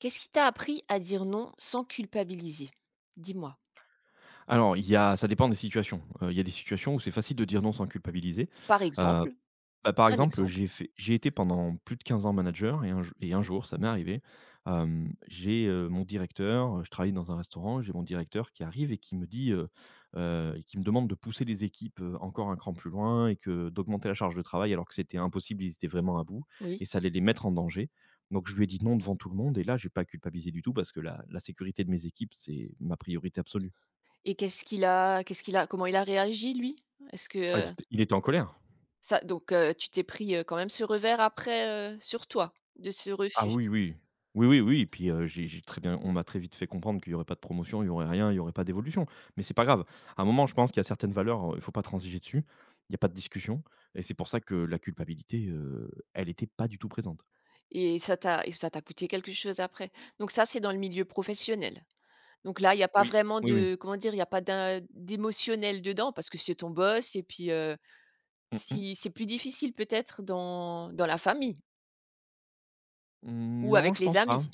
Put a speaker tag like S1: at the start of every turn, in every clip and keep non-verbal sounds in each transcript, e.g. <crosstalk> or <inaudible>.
S1: Qu'est-ce qui t'a appris à dire non sans culpabiliser? Dis-moi.
S2: Alors, il y a ça dépend des situations. Il y a des situations où c'est facile de dire non sans culpabiliser.
S1: Par
S2: Heu,
S1: exemple,
S2: Bah, par
S1: un
S2: exemple,
S1: exemple,
S2: j'ai été pendant plus de 15 ans manager et un jour, ça m'est arrivé. Mon directeur, je travaille dans un restaurant, j'ai mon directeur qui arrive et qui me dit, qui me demande de pousser les équipes, encore un cran plus loin et que d'augmenter la charge de travail alors que c'était impossible, ils étaient vraiment à bout et
S1: oui
S2: ça allait les mettre en danger. Donc je lui ai dit: «Non» devant tout le monde et là, j'ai pas culpabilisé du tout parce que la sécurité de mes équipes, c'est ma priorité absolue.
S1: et qu'est-ce qu'il a comment il a réagi lui? Est-ce
S2: Ah, il
S1: que,
S2: était il était en colère?
S1: ça donc tu t'es pris, quand même ce revers après, sur toi, de ce
S2: Ah
S1: refus
S2: oui, oui. Oui, oui, oui, puis, j'ai très bien on m'a très vite fait comprendre qu'il y aurait pas de promotion, il y aurait rien, il y aurait pas d'évolution. Mais c'est pas grave. À un moment, je pense qu'il y a certaines valeurs, il ne faut pas transiger dessus. Il y a pas de discussion et c'est pour ça que la culpabilité, elle était pas du tout présente.
S1: et ça t'a coûté quelque chose après? Donc ça, c'est dans le milieu professionnel. Donc là, il y a pas
S2: Oui,
S1: vraiment
S2: oui, oui.
S1: de comment dire? Il y a pas d'émotionnel dedans parce que c'est ton boss et puis,
S2: Mmh mh.
S1: si c'est plus difficile peut-être dans la famille
S2: Mmh,
S1: ou
S2: non,
S1: avec
S2: je
S1: les
S2: pense pas.
S1: amis.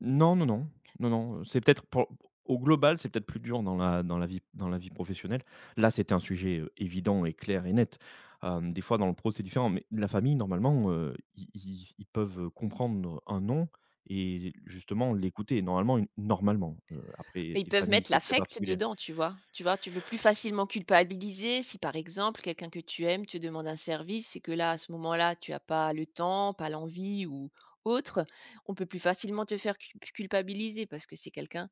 S2: Non, non, non. Non, non, c'est peut-être pour au global, c'est peut-être plus dur dans la vie professionnelle. Là, c'était un sujet, évident et clair et net. Des fois dans le pro, c'est différent, mais la famille normalement, ils peuvent comprendre un «non» et justement l'écouter normalement une normalement, après
S1: Ils
S2: les
S1: peuvent
S2: familles,
S1: mettre
S2: c'est très
S1: l'affect
S2: particulier.
S1: dedans, tu vois? Tu vois? Tu peux plus facilement culpabiliser si, par exemple, quelqu'un que tu aimes te demande un service et que là, à ce moment-là, tu n'as pas le temps, pas l'envie ou autre, on peut plus facilement te faire culpabiliser parce que c'est quelqu'un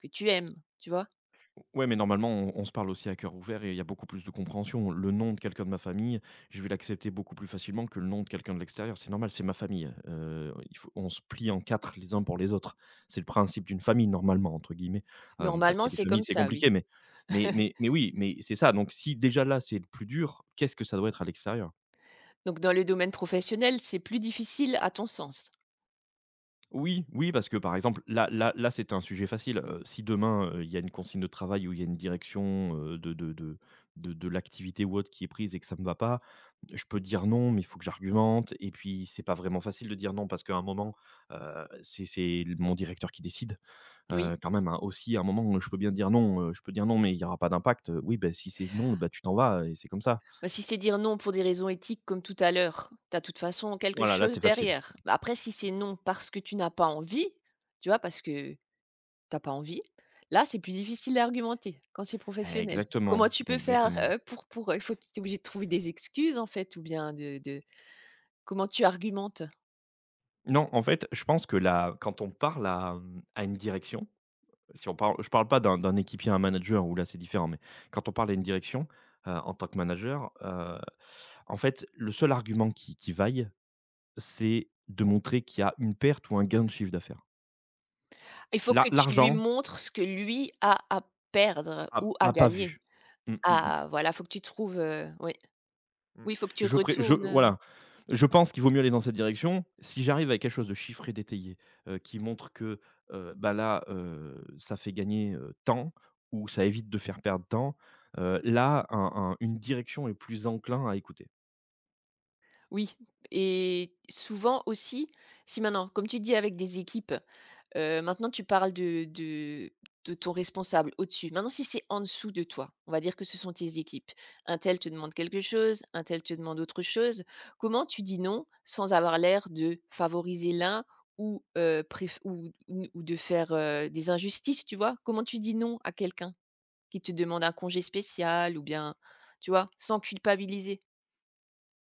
S1: que tu aimes, tu vois?
S2: Ouais, mais normalement, on se parle aussi à cœur ouvert et il y a beaucoup plus de compréhension. Le nom de quelqu'un de ma famille, je vais l'accepter beaucoup plus facilement que le nom de quelqu'un de l'extérieur. C'est normal, c'est ma famille. On se plie en quatre les uns pour les autres. C'est le principe d'une famille, normalement, entre guillemets. Parce
S1: Normalement,
S2: qu'il y a des
S1: c'est comme
S2: familles, c'est
S1: ça, oui.
S2: compliqué, mais oui, mais c'est ça. Donc, si déjà là, c'est le plus dur, qu'est-ce que ça doit être à l'extérieur?
S1: Donc dans le domaine professionnel, c'est plus difficile à ton sens,
S2: Oui, oui, parce que, par exemple, là, c'était un sujet facile. Si demain, il y a une consigne de travail ou il y a une direction, de l'activité ou autre qui est prise et que ça ne me va pas, je peux dire: «Non», mais il faut que j'argumente et puis c'est pas vraiment facile de dire non parce qu'à un moment, c'est l mon directeur qui décide,
S1: oui.
S2: quand même, hein, aussi à un moment, je peux bien dire: «Non». Je peux dire: «Non, mais il y aura pas d'impact». Oui, ben si c'est non, ben tu t'en vas et c'est comme ça.
S1: Bah, si c'est dire non pour des raisons éthiques comme tout à l'heure, tu as de toute façon quelque
S2: Voilà, là,
S1: chose
S2: c'est facile.
S1: derrière. Bah, après si c'est non parce que tu n'as pas envie, tu vois? Parce que t'as pas envie. Là, c'est plus difficile d'argumenter quand c'est professionnel.
S2: Exactement,
S1: Comment tu peux faire,
S2: exactement.
S1: pour il faut tu obligé de trouver des excuses en fait ou bien de comment tu argumentes?
S2: Non, en fait, je pense que là, quand on parle à, à une direction, si on parle je parle pas d'un équipier à un manager où là c'est différent, mais quand on parle à une direction, en tant que manager, en fait, le seul argument qui vaille, c'est de montrer qu'il y a une perte ou un gain de chiffre d'affaires.
S1: Il faut que tu lui
S2: L'argent
S1: montres ce que lui a à perdre
S2: a
S1: ou à
S2: à pas vu.
S1: gagner.
S2: Mmh mh, mmh.
S1: Ah voilà, faut que tu trouves, oui.
S2: Mmh.
S1: Oui, faut que tu
S2: Je pré je
S1: retournes,
S2: Voilà, je pense qu'il vaut mieux aller dans cette direction. Si j'arrive avec quelque chose de chiffré, détaillé, qui montre que, bah, là, ça fait gagner, tant ou ça évite de faire perdre temps, là, un une direction est plus enclin à écouter.
S1: Oui et souvent aussi, si maintenant, comme tu dis avec des équipes, maintenant tu parles de ton responsable au-dessus. Maintenant si c'est en dessous de toi, on va dire que ce sont tes équipes. Un tel te demande quelque chose, un tel te demande autre chose. Comment tu dis non sans avoir l'air de favoriser l'un ou préf ou ou de faire, des injustices, tu vois? Comment tu dis non à quelqu'un qui te demande un congé spécial ou bien, tu vois? Sans culpabiliser.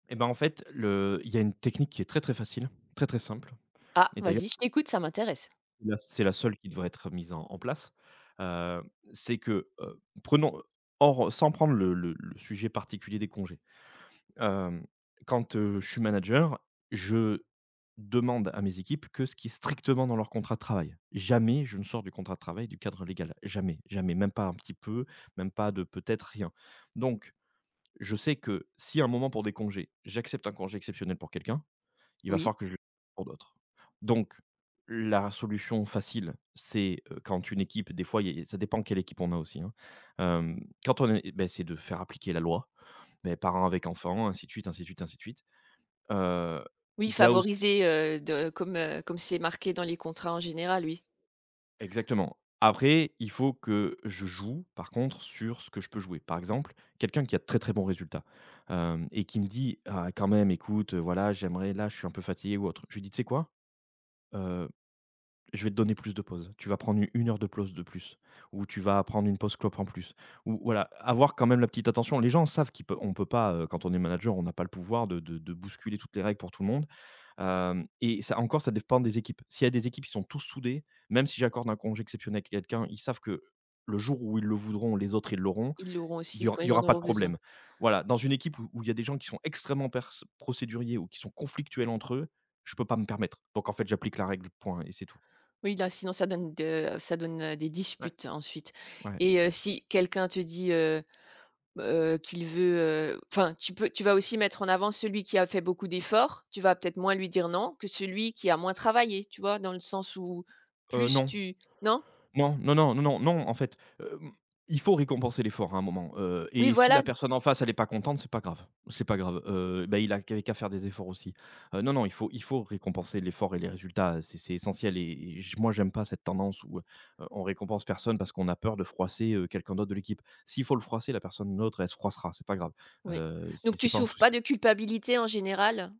S2: Et ben, en fait, le il y a une technique qui est très, très facile, très, très simple
S1: «Ah
S2: et d'ailleurs
S1: vas-y, je t'écoute, ça m'intéresse».
S2: c'est la seule qui devrait être mise en place. heu, c'est que, prenons hors sans prendre le sujet particulier des congés. Hem, Quand, je suis manager, je demande à mes équipes que ce qui est strictement dans leur contrat de travail. Jamais je ne sors du contrat de travail du cadre légal. Jamais, jamais, même pas un petit peu, même pas de peut-être, rien. Donc je sais que si à un moment pour des congés, j'accepte un congé exceptionnel pour quelqu'un, il va
S1: Oui.
S2: falloir que je le fasse pour d'autres. Donc la solution facile, c'est, quand une équipe des fois, il y a ça dépend quelle équipe on a aussi, hein. Hem, quand on est beh, c'est de faire appliquer la loi, mes parents avec enfants, ainsi de suite, ainsi de suite, ainsi de suite. Heu,
S1: Oui,
S2: il y a aussi
S1: favoriser, de comme, comme c'est marqué dans les contrats en général, oui.
S2: exactement. Après, il faut que je joue, par contre, sur ce que je peux jouer. Par exemple, quelqu'un qui a de très, très bons résultats, hem et qui me dit: «Ah, quand même, écoute, voilà, j'aimerais là, je suis un peu fatigué ou autre». Je lui dis: «Tu sais quoi? Heu, je vais te donner plus de pauses. Tu vas prendre une heure de pause de plus ou tu vas prendre une pause clope en plus» ou voilà, avoir quand même la petite attention. Les gens savent qu'on peut pas, quand on est manager, on n'a pas le pouvoir de bousculer toutes les règles pour tout le monde. Hem Et ça encore, ça dépend des équipes. S'il y a des équipes qui sont tous soudées, même si j'accorde un congé exceptionnel à quelqu'un, ils savent que le jour où ils le voudront, les autres, ils l'auront,
S1: Ils l'auront
S2: il
S1: aussi
S2: y aura
S1: quand
S2: il y
S1: ils en
S2: aura pas de
S1: auront besoin.
S2: problème. Voilà, dans une équipe où il y a des gens qui sont extrêmement pers procéduriers ou qui sont conflictuels entre eux, je peux pas me permettre. Donc en fait, j'applique la règle, point et c'est tout.
S1: Oui, là, sinon ça donne de ça donne, des
S2: Ouais.
S1: disputes ensuite
S2: Ouais.
S1: et si quelqu'un te dit, qu'il veut, enfin, tu peux tu vas aussi mettre en avant celui qui a fait beaucoup d'efforts, tu vas peut-être moins lui dire non que celui qui a moins travaillé, tu vois? Dans le sens où plus
S2: Non.
S1: tu non?
S2: Non, non, non, non, non, non, en fait, il faut récompenser l'effort à un moment.
S1: Oui,
S2: Et si
S1: voilà,
S2: la personne en face, elle est pas contente, c'est pas grave, bah, il a qu'avait qu'à faire des efforts aussi. Non, non, il faut récompenser l'effort et les résultats, c'est essentiel. Et et j moi, j'aime pas cette tendance où, on récompense personne parce qu'on a peur de froisser, quelqu'un d'autre de l'équipe. S'il faut le froisser, la personne l'autre, elle se froissera, c'est pas grave,
S1: oui. Donc
S2: c'est
S1: tu
S2: pas un
S1: souffres pas
S2: souci.
S1: de culpabilité en général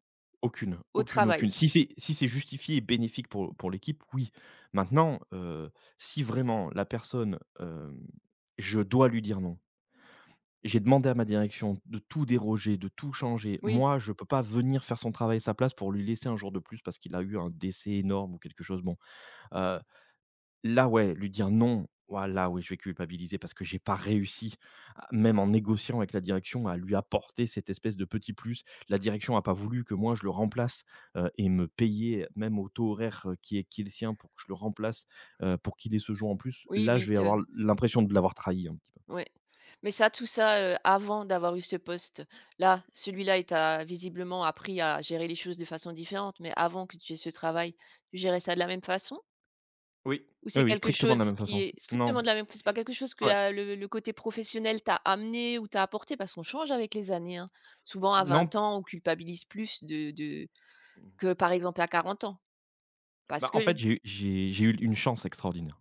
S2: Aucune,
S1: au
S2: aucune,
S1: travail?
S2: aucune. Si c'est justifié et bénéfique pour l'équipe, oui. Maintenant, si vraiment la personne, je dois lui dire non. J'ai demandé à ma direction de tout déroger, de tout changer.
S1: Oui,
S2: Moi, je ne peux pas venir faire son travail à sa place pour lui laisser un jour de plus parce qu'il a eu un décès énorme ou quelque chose. Bon, euh, là, ouais, lui dire: «Non», ouah là, oui, je vais culpabiliser parce que j'ai pas réussi, à même en négociant avec la direction, à lui apporter cette espèce de petit plus. La direction a pas voulu que moi je le remplace, et me payer même au taux horaire, qui est le sien pour que je le remplace, pour qu'il ait ce jour en plus.
S1: oui,
S2: Là,
S1: oui,
S2: je vais
S1: te
S2: avoir l'impression de l'avoir trahi un petit peu.
S1: ouais. Mais ça, tout ça, avant d'avoir eu ce poste. Là, celui-là, il t'a visiblement appris à gérer les choses de façon différente, mais avant que tu aies ce travail, tu gérais ça de la même façon?
S2: Oui,
S1: Ou
S2: oui,
S1: c'est
S2: oui,
S1: quelque
S2: strictement de
S1: chose
S2: la même
S1: qui
S2: façon.
S1: est
S2: Non,
S1: strictement de la même c'est pas quelque chose que
S2: ouais,
S1: la le côté professionnel t'a amené ou t'a apporté? Parce qu'on change avec les années, hein. Souvent à 20
S2: non,
S1: ans, on culpabilise plus de que par exemple à 40 ans. Parce
S2: bah, en
S1: que
S2: fait, j'ai eu une chance extraordinaire.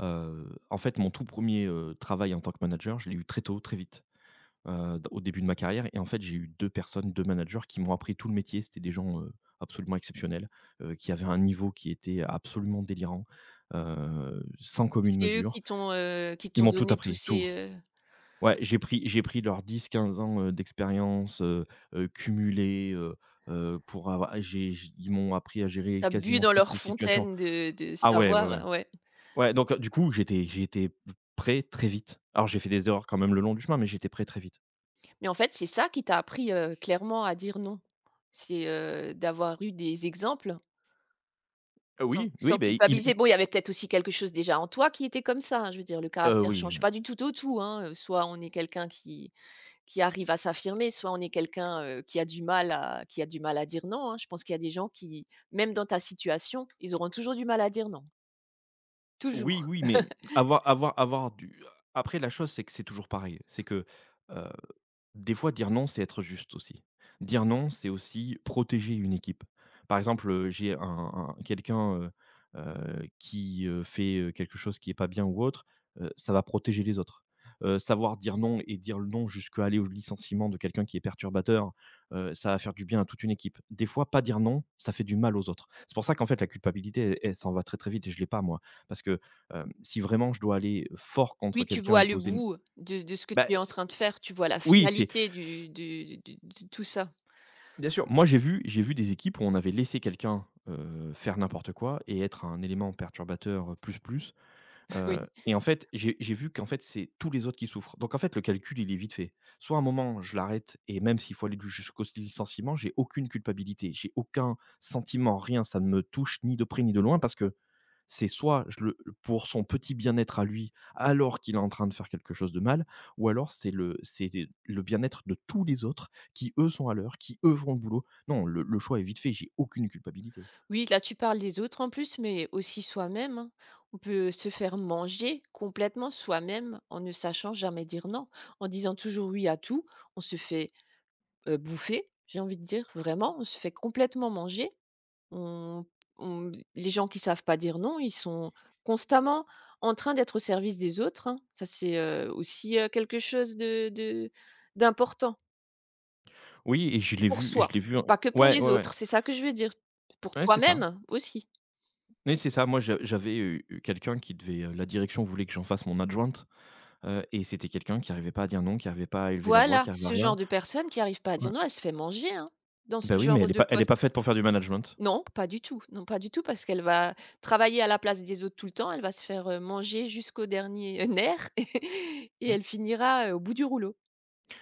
S2: En fait, mon tout premier er travail en tant que manager, je l'ai eu très tôt, très vite. D Au début de ma carrière, et en fait, j'ai eu 2 personnes, 2 managers qui m'ont appris tout le métier. C'était des gens, absolument exceptionnels, qui avaient un niveau qui était absolument délirant, sans commune
S1: c'est eux
S2: mesure.
S1: qui
S2: Ils
S1: t'ont
S2: m'ont tout
S1: donné tous
S2: appris, tout.
S1: ces,
S2: Ouais, j'ai pris leurs dix 15 ans, d'expérience, cumulée, pour avoir j'ai j ils m'ont appris à gérer
S1: tu bu
S2: quasiment
S1: dans
S2: toutes
S1: leur
S2: les situations.
S1: fontaine de
S2: Ah ouais, ouais, ouais.
S1: savoir, ouais.
S2: Ouais, donc, du coup, j'étais prêt très vite. Alors j'ai fait des erreurs quand même le long du chemin, mais j'étais prêt très vite.
S1: Mais en fait, c'est ça qui t'a appris, clairement à dire non. C'est, d'avoir eu des exemples sans
S2: Oui, oui, ben ils m
S1: culpabiliser.
S2: ils
S1: Bon, il y avait peut-être aussi quelque chose déjà en toi qui était comme ça, hein. Je veux dire le caractère
S2: oui.
S1: change pas du tout au tout, hein, soit on est quelqu'un qui arrive à s'affirmer, soit on est quelqu'un, qui a du mal à qui a du mal à dire non, hein. Je pense qu'il y a des gens qui, même dans ta situation, ils auront toujours du mal à dire non,
S2: Oui,
S1: toujours.
S2: oui, mais avoir avoir avoir du après la chose, c'est que c'est toujours pareil. C'est que, heu des fois, dire non, c'est être juste aussi. Dire non, c'est aussi protéger une équipe. Par exemple, j'ai un quelqu'un, qui, fait, quelque chose qui n'est pas bien ou autre, ça va protéger les autres. Savoir dire non et dire le non jusqu'à aller au licenciement de quelqu'un qui est perturbateur, ça va faire du bien à toute une équipe. Des fois, pas dire non, ça fait du mal aux autres. C'est pour ça qu'en fait, la culpabilité, elle s'en va très, très vite et je l'ai pas moi. Parce que, si vraiment je dois aller fort contre
S1: Oui, tu
S2: quelqu'un
S1: vois
S2: et
S1: le
S2: poser une
S1: bout de ce que
S2: bah,
S1: tu es en train de faire, tu vois la
S2: oui, c'est
S1: finalité du de tout ça.
S2: bien sûr, moi j'ai vu des équipes où on avait laissé quelqu'un, faire n'importe quoi et être un élément perturbateur, plus, plus,
S1: <laughs> Oui.
S2: et en fait, j'ai vu qu'en fait, c'est tous les autres qui souffrent. Donc en fait, le calcul, il est vite fait. Soit à un moment, je l'arrête et même s'il faut aller du jusqu'au licenciement, j'ai aucune culpabilité, j'ai aucun sentiment, rien, ça ne me touche ni de près ni de loin parce que c'est soit je le pour son petit bien-être à lui, alors qu'il est en train de faire quelque chose de mal, ou alors c'est le bien-être de tous les autres qui, eux, sont à l'heure, qui, eux, vont au boulot. Non, le choix est vite fait, j'ai aucune culpabilité.
S1: Oui, là, tu parles des autres en plus, mais aussi soi-même, hein. On peut se faire manger complètement soi-même en ne sachant jamais dire non. En disant toujours oui à tout, on se fait bouffer, j'ai envie de dire, vraiment, on se fait complètement manger. On- les gens qui savent pas dire non, ils sont constamment en train d'être au service des autres, hein. Ça, c'est aussi quelque chose d'important
S2: Oui et je l'ai
S1: pour
S2: vu et je l'ai
S1: soi,
S2: vu en
S1: pas que pour
S2: ouais, ouais,
S1: les
S2: ouais.
S1: autres. C'est ça que je veux dire. Pour
S2: Ouais, c'est ça.
S1: toi-même aussi.
S2: Mais c'est ça. Moi, j'avais, quelqu'un qui devait, la direction voulait que j'en fasse mon adjointe, et c'était quelqu'un qui arrivait pas à dire non, qui arrivait pas à élever la voix,
S1: Voilà,
S2: qui arrivait à
S1: ce genre
S2: rien.
S1: de personne qui arrive pas à dire
S2: Ouais.
S1: non, elle se fait manger, hein, dans ce
S2: Bah, oui, mais
S1: genre
S2: elle est
S1: de
S2: pas elle est pas
S1: poste.
S2: faite pour faire du management.
S1: Non, pas du tout, non, pas du tout parce qu'elle va travailler à la place des autres tout le temps, elle va se faire, manger jusqu'au dernier, nerf <laughs> et
S2: Mmh.
S1: elle finira, au bout du rouleau.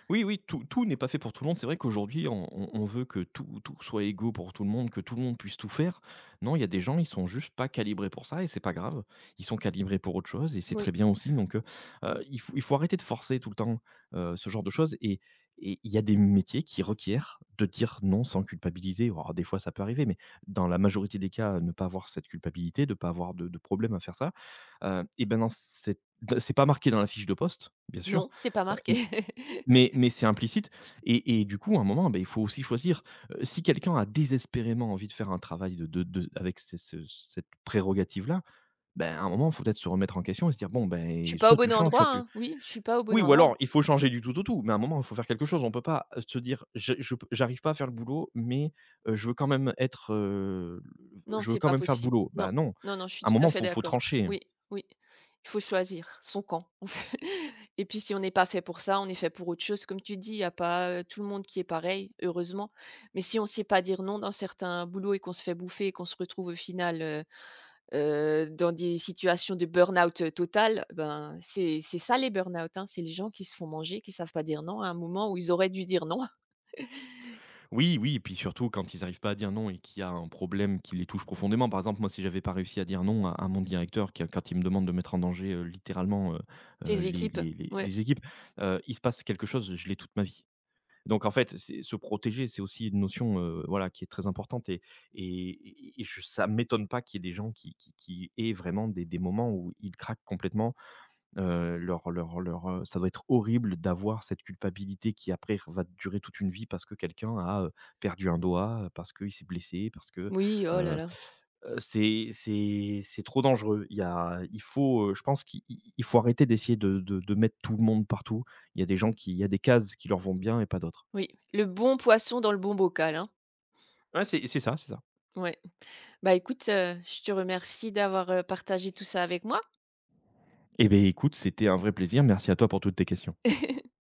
S2: Oui, oui, tout n'est pas fait pour tout le monde. C'est vrai qu'aujourd'hui, on veut que tout soit égaux pour tout le monde, que tout le monde puisse tout faire. Non, il y a des gens, ils sont juste pas calibrés pour ça et c'est pas grave. Ils sont calibrés pour autre chose et c'est
S1: Oui.
S2: très bien aussi donc il faut arrêter de forcer tout le temps, ce genre de choses et il y a des métiers qui requièrent de dire non sans culpabiliser. Bon, alors des fois, ça peut arriver mais dans la majorité des cas, ne pas avoir cette culpabilité, de ne pas avoir de problème à faire ça, et ben, dans cette c'est pas marqué dans la fiche de poste, bien sûr,
S1: Non, c'est pas
S2: euh,
S1: marqué. <laughs>
S2: mais c'est implicite et du coup, à un moment, ben il faut aussi choisir. Si quelqu'un a désespérément envie de faire un travail de avec ces ce cette prérogative-là, ben, à un moment, il faut peut-être se remettre en question et se dire: «Bon,
S1: Je suis
S2: ben
S1: pas au
S2: soit tu
S1: bon
S2: changes, soit
S1: endroit,
S2: tu»
S1: hein. Oui, je suis pas au bon
S2: oui ou
S1: endroit.
S2: alors, il faut changer du tout au tout, mais à un moment, il faut faire quelque chose. On ne peut pas se dire: je p J'arrive pas à faire le boulot, mais je veux quand même être,
S1: Non,
S2: je veux
S1: c'est
S2: quand
S1: pas
S2: même faire le
S1: possible.
S2: boulot».
S1: Non,
S2: Ben non,
S1: non, non, je suis
S2: à un
S1: tout à
S2: moment, il
S1: fait
S2: faut faut
S1: d'accord.
S2: trancher, hein.
S1: Oui, oui, il faut choisir son camp, <laughs> en fait et puis si on n'est pas fait pour ça, on est fait pour autre chose. Comme tu dis, il y a pas, tout le monde qui est pareil, heureusement. Mais si on ne sait pas dire non dans certains boulots et qu'on se fait bouffer et qu'on se retrouve au final, dans des situations de burn-out, total, ben, c'est ça les burn-out, hein. C'est les gens qui se font manger, qui ne savent pas dire non à un moment où ils auraient dû dire non. <laughs>
S2: Oui, oui, et puis surtout quand ils arrivent pas à dire non et qu'il y a un problème qui les touche profondément. Par exemple, moi, si j'avais pas réussi à dire non à, à mon directeur, quand il me demande de mettre en danger littéralement,
S1: Tes
S2: les,
S1: équipes, ouais.
S2: les équipes, il se passe quelque chose, je l'ai toute ma vie. Donc en fait, c'est- se protéger, c'est aussi une notion, voilà, qui est très importante. Et, ça m'étonne pas qu'il y ait des gens qui aient vraiment des moments où ils craquent complètement. Ça doit être horrible d'avoir cette culpabilité qui après va durer toute une vie parce que quelqu'un a, perdu un doigt, parce qu'il s'est blessé, parce que,
S1: Oui, oh là
S2: heu
S1: là,
S2: c'est c'est trop dangereux. Il y a Il faut, je pense qu'il il faut arrêter d'essayer de mettre tout le monde partout. Il y a des gens qui il y a des cases qui leur vont bien et pas d'autres.
S1: oui. Le bon poisson dans le bon bocal, hein.
S2: Ouais, c'est ça.
S1: Ouais. Bah écoute, je te remercie d'avoir, partagé tout ça avec moi.
S2: Eh beh, écoute, c'était un vrai plaisir. Merci à toi pour toutes tes questions.
S1: <laughs>